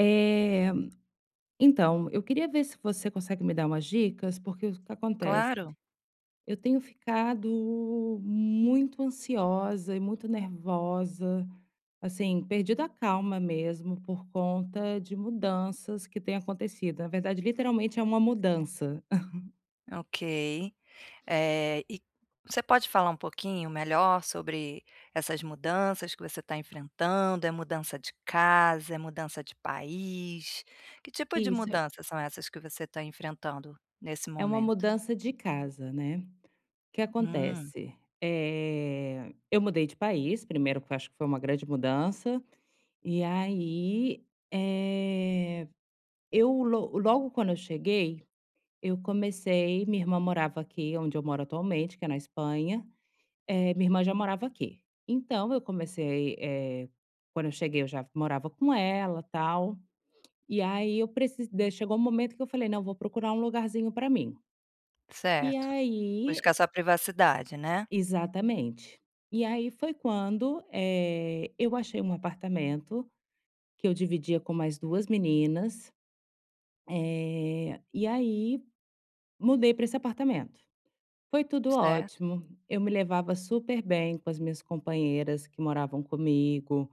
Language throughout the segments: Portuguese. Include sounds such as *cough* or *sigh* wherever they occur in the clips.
Eh, eu queria ver se você consegue me dar umas dicas, porque o que acontece? Claro, Eu tenho ficado muito ansiosa e muito nervosa, assim, perdida a calma mesmo por conta de mudanças que têm acontecido. Na verdade, literalmente é uma mudança. ok. E você pode falar um pouquinho melhor sobre essas mudanças que você está enfrentando? É mudança de casa? É mudança de país? Que tipo de Isso, mudanças são essas que você está enfrentando nesse é uma momento? mudança de casa, né. O que Hum, acontece? Eu mudei de país, primeiro que eu acho que foi uma grande mudança, e aí, eh Eu lo logo quando eu cheguei, eu comecei minha irmã morava aqui onde eu moro atualmente, que é na Espanha. Minha irmã já morava aqui. Então eu comecei, quando eu cheguei eu já morava com ela, tal, e aí eu precisei. Chegou um momento que eu falei: "Não, vou procurar um lugarzinho para mim". E certo. aí Buscar sua privacidade, né? exatamente. E aí foi quando, eu achei um apartamento que eu dividia com mais 2 meninas, e aí mudei para esse apartamento. Foi tudo Certo. ótimo. Eu me levava super bem com as minhas companheiras que moravam comigo.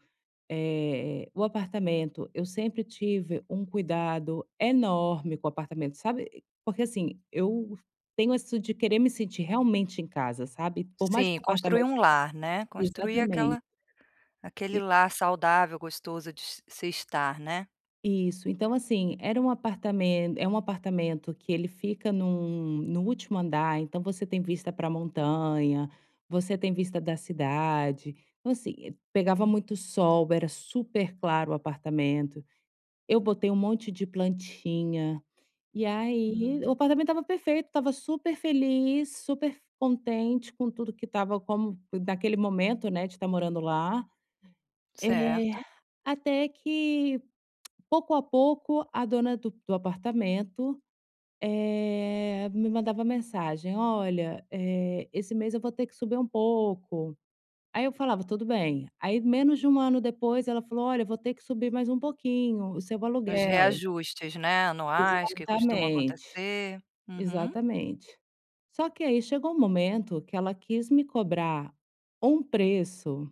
O apartamento, eu sempre tive um cuidado enorme com o apartamento, sabe? Porque assim, eu tenho isso de querer me sentir realmente em casa, sabe? Por mais que Sim, o construir apartamento. um lar, né? Construir Exatamente. aquela aquele lar saudável, gostoso de s se estar, né? Isso, então assim, era um apartamento é um apartamento que ele fica num no último andar, então você tem vista para a montanha, você tem vista da cidade, então assim, pegava muito sol, era super claro o apartamento, eu botei um monte de plantinha, e aí o Uhum, apartamento estava perfeito, estava super feliz, super contente com tudo que estava como naquele momento, né, de estar morando lá. Eh, certo. Até que pouco a pouco, a dona do apartamento, me mandava mensagem: "Olha, eh, esse mês eu vou ter que subir um pouco". Aí eu falava: "Tudo bem". Aí menos de um ano depois ela falou: "Olha, vou ter que subir mais um pouquinho o seu Os aluguel". reajustes, né, anuais que costumam Exatamente, acontecer. Uhum, exatamente. Só que aí chegou um momento que ela quis me cobrar um preço.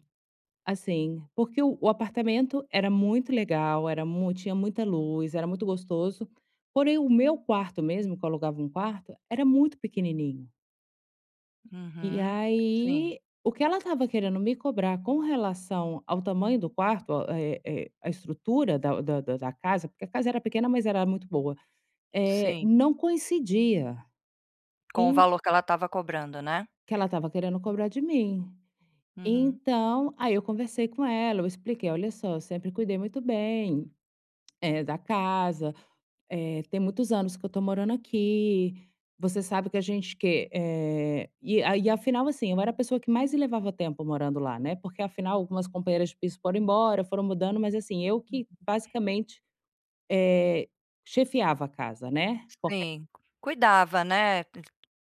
Assim, porque o apartamento era muito legal, era mu tinha muita luz, era muito gostoso, porém o meu quarto mesmo, que eu alugava um quarto, era muito pequenininho. E uhum. Sim, aí, o que ela estava querendo me cobrar com relação ao tamanho do quarto, a estrutura da casa, porque a casa era pequena, mas era muito boa, sim. não coincidia Com o em valor que ela estava cobrando, né? que ela estava querendo cobrar de mim. Uhum. Então, aí eu conversei com ela, eu expliquei: "Olha só, eu sempre cuidei muito bem, é, da casa, tem muitos anos que eu tô morando aqui, você sabe que a gente que eh, e a e afinal, assim, eu era a pessoa que mais levava tempo morando lá, né, porque afinal algumas companheiras de piso foram embora, foram mudando, mas assim, eu que basicamente, eh, chefiava a casa, né, porque Sim, cuidava, né,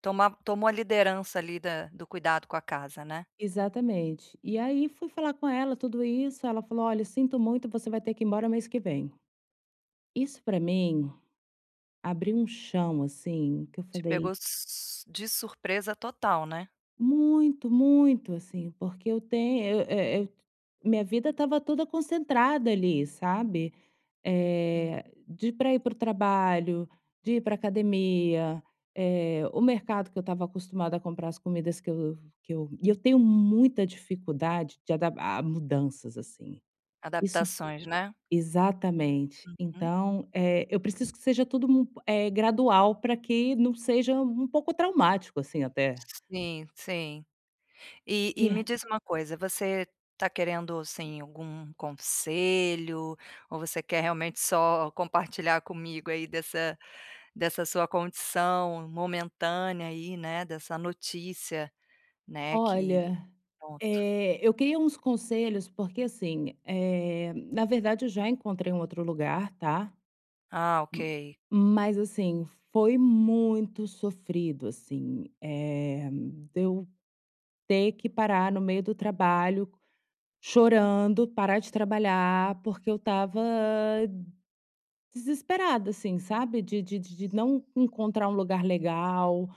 toma tomou a liderança ali da do cuidado com a casa, né? exatamente. E aí fui falar com ela tudo isso, ela falou: "Olha, sinto muito, você vai ter que ir embora mês que vem". Isso pra mim abriu um chão, assim, que eu Te falei pegou s de surpresa total, né? muito, muito, assim, porque eu tenho eu minha vida estava toda concentrada ali, sabe, Uhum. De para ir para o trabalho, de ir para academia, o mercado que eu estava acostumada a comprar as comidas que eu e eu tenho muita dificuldade de adaptar a mudanças, assim. Isso Adaptações, né? exatamente. Uhum. Então, eu preciso que seja tudo gradual para que não seja um pouco traumático, assim, até. Sim, sim. E E é me diz uma coisa, você está querendo, assim, algum conselho, ou você quer realmente só compartilhar comigo aí dessa sua condição momentânea aí, né, dessa notícia, né, que olha, pronto. Eu queria uns conselhos, porque assim, na verdade eu já encontrei um outro lugar, tá? Ah, M- ok. Mas assim, foi muito sofrido, assim, de eu ter que parar no meio do trabalho, chorando, parar de trabalhar, porque eu tava desesperada, assim, sabe? De não encontrar um lugar legal,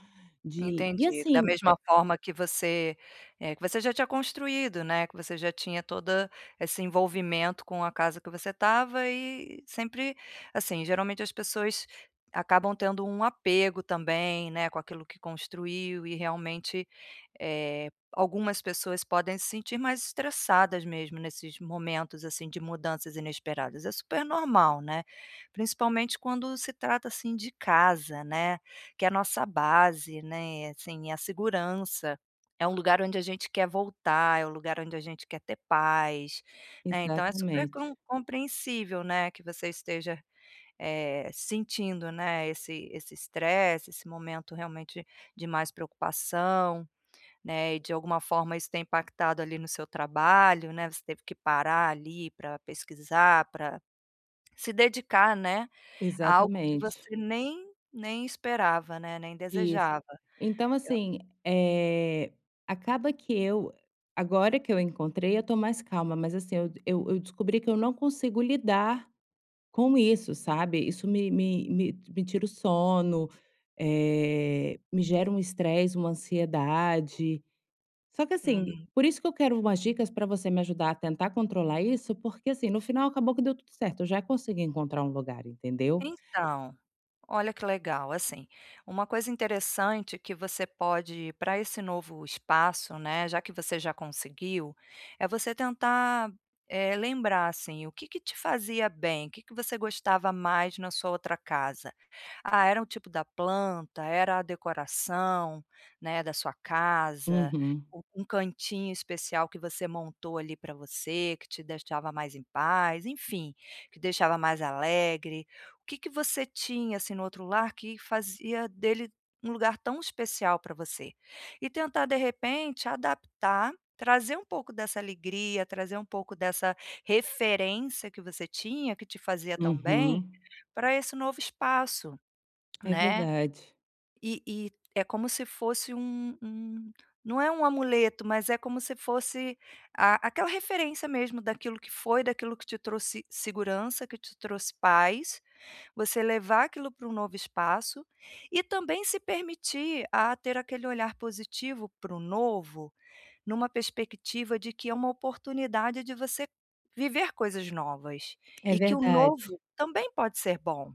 de... E Entendi. Da assim, mesma forma que você, que você já tinha construído, né, que você já tinha todo esse envolvimento com a casa que você estava e sempre assim, geralmente as pessoas acabam tendo um apego também, né, com aquilo que construiu e realmente, algumas pessoas podem se sentir mais estressadas mesmo nesses momentos, assim, de mudanças inesperadas. É super normal, né, principalmente quando se trata, assim, de casa, né, que é a nossa base, né, assim, é a segurança, é um lugar onde a gente quer voltar, é um lugar onde a gente quer ter paz, né, então é super exatamente, com compreensível, né, que você esteja, sentindo, né, esse estresse, esse momento realmente de mais preocupação, né, e de alguma forma isso tem impactado ali no seu trabalho, né, você teve que parar ali para pesquisar, para se dedicar, né, a algo que exatamente. você nem esperava, né, nem Isso. desejava. Então, Eu assim, é acaba que eu agora que eu encontrei, eu tô mais calma, mas, assim, eu descobri que eu não consigo lidar com isso, sabe. Isso me tira o sono, me gera um estresse, uma ansiedade. Só que, assim, Hum, por isso que eu quero umas dicas para você me ajudar a tentar controlar isso, porque, assim, no final acabou que deu tudo certo, eu já consegui encontrar um lugar, entendeu. então, olha que legal, assim, uma coisa interessante que você pode para esse novo espaço, né, já que você já conseguiu, é você tentar, lembrar, assim, o que que te fazia bem, o que que você gostava mais na sua outra casa. Ah, era o tipo da planta, era a decoração, né, da sua casa, Uhum, u um cantinho especial que você montou ali para você, que te deixava mais em paz, enfim, que deixava mais alegre. O que que você tinha, assim, no outro lar que fazia dele um lugar tão especial para você? E tentar, de repente, adaptar, trazer um pouco dessa alegria, trazer um pouco dessa referência que você tinha, que te fazia tão bem, uhum. para esse novo espaço, É né. verdade. E é como se fosse um, não é um amuleto, mas é como se fosse a aquela referência mesmo daquilo que foi, daquilo que te trouxe segurança, que te trouxe paz, você levar aquilo para um novo espaço e também se permitir a ter aquele olhar positivo para o novo numa perspectiva de que é uma oportunidade de você viver coisas novas, É e que o verdade. novo também pode ser bom,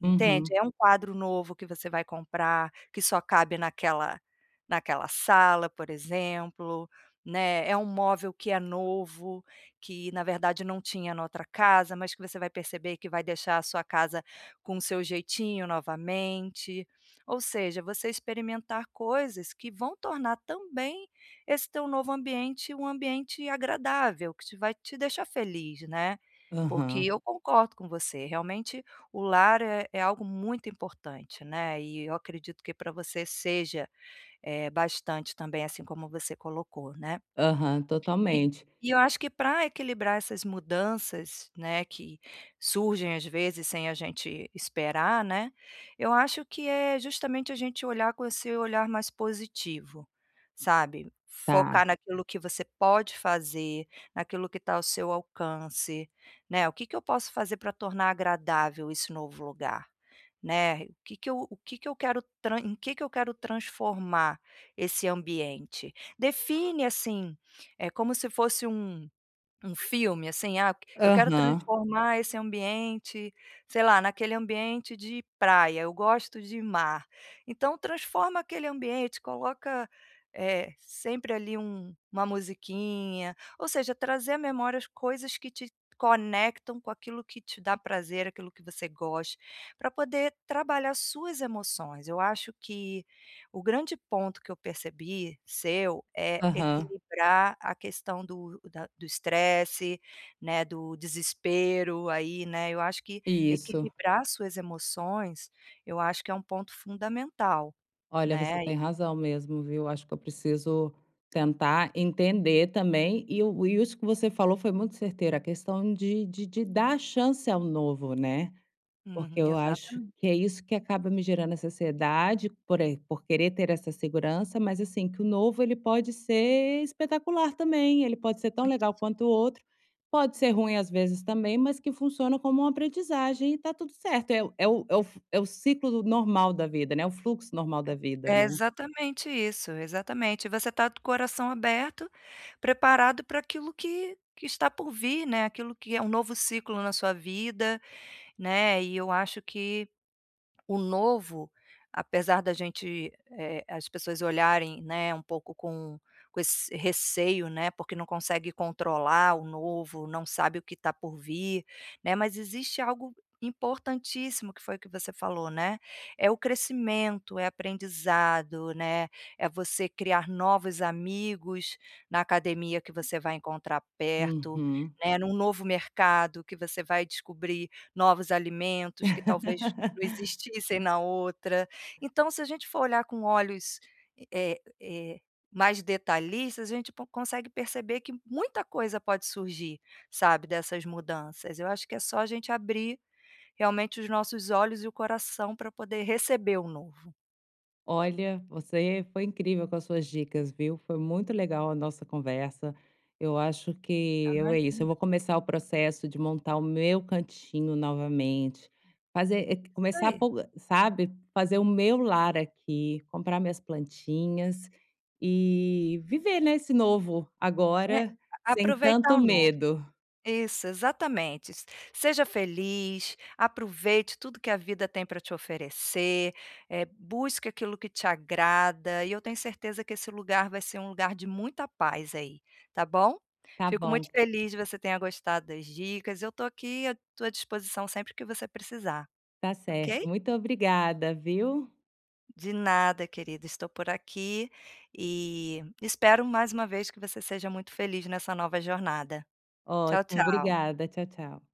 entende. Uhum. É um quadro novo que você vai comprar, que só cabe naquela sala, por exemplo, né, é um móvel que é novo, que na verdade não tinha na outra casa, mas que você vai perceber que vai deixar a sua casa com o seu jeitinho novamente. Ou seja, você experimentar coisas que vão tornar também esse teu novo ambiente, um ambiente agradável, que te deixar feliz, né. Porque Aham. eu concordo com você, realmente o lar é algo muito importante, né, e eu acredito que para você seja, bastante também, assim como você colocou, né. Aham, E totalmente. e eu acho que para equilibrar essas mudanças, né, que surgem às vezes sem a gente esperar, né, eu acho que é justamente a gente olhar com esse olhar mais positivo, sabe. Tá. Focar naquilo que você pode fazer, naquilo que está ao seu alcance, né. "O que que eu posso fazer para tornar agradável esse novo lugar?", né. O que que eu quero tran em que eu quero transformar esse ambiente?". Define, assim, é como se fosse um filme, assim, ah, eu quero Aham. transformar esse ambiente, sei lá, naquele ambiente de praia, eu gosto de mar. Então transforma aquele ambiente, coloca, sempre ali uma musiquinha, ou seja, trazer à memória as coisas que te conectam com aquilo que te dá prazer, aquilo que você gosta, para poder trabalhar suas emoções. Eu acho que o grande ponto que eu percebi seu é Aham. equilibrar a questão do estresse, né, do desespero aí, né, eu acho que Isso. equilibrar suas emoções, eu acho que é um ponto fundamental, Olha, você né. tem razão mesmo, viu. Acho que eu preciso tentar entender também e o e isso que você falou foi muito certeiro, a questão de dar chance ao novo, né. Porque Uhum, eu acho que exatamente. é isso que acaba me gerando essa ansiedade por querer ter essa segurança, mas assim, que o novo ele pode ser espetacular também, ele pode ser tão legal quanto o outro, pode ser ruim às vezes também, mas que funciona como uma aprendizagem e tá tudo certo. É o é o é o f É o ciclo do normal da vida, né, o fluxo normal da vida, É né. exatamente isso, exatamente. Você tá do coração aberto, preparado para aquilo que está por vir, né, aquilo que é um novo ciclo na sua vida, né, e eu acho que o novo, apesar da gente, as pessoas olharem, né, um pouco com esse receio, né, porque não consegue controlar o novo, não sabe o que está por vir, né, mas existe algo importantíssimo que foi o que você falou, né, é o crescimento, é aprendizado, né, é você criar novos amigos na academia que você vai encontrar perto, Uhum. né, num novo mercado que você vai descobrir novos alimentos que talvez não *laughs* existissem na outra. Então, se a gente for olhar com olhos, eh eh, mais detalhistas, a gente po consegue perceber que muita coisa pode surgir, sabe, dessas mudanças. Eu acho que é só a gente abrir realmente os nossos olhos e o coração para poder receber o novo. Olha, você foi incrível com as suas dicas, viu? Foi muito legal a nossa conversa. Eu acho Ah, que eu, é isso. Eu imagina, vou começar o processo de montar o meu cantinho novamente, fazer, isso começar a, aí, pôr, sabe, fazer o meu lar aqui, comprar minhas plantinhas e viver nesse novo né, agora sem aproveitar tanto o novo. medo. Isso, exatamente. S Seja feliz, aproveite tudo que a vida tem para te oferecer, busque aquilo que te agrada, e eu tenho certeza que esse lugar vai ser um lugar de muita paz aí, tá bom? Tá Fico bom, muito feliz de você tenha gostado das dicas, eu estou aqui à tua disposição sempre que você precisar, tá certo. ok? Muito obrigada, viu? De nada, querida, estou por aqui e espero mais uma vez que você seja muito feliz nessa nova jornada. Tchau, Ótimo, tchau. obrigada. Tchau, tchau.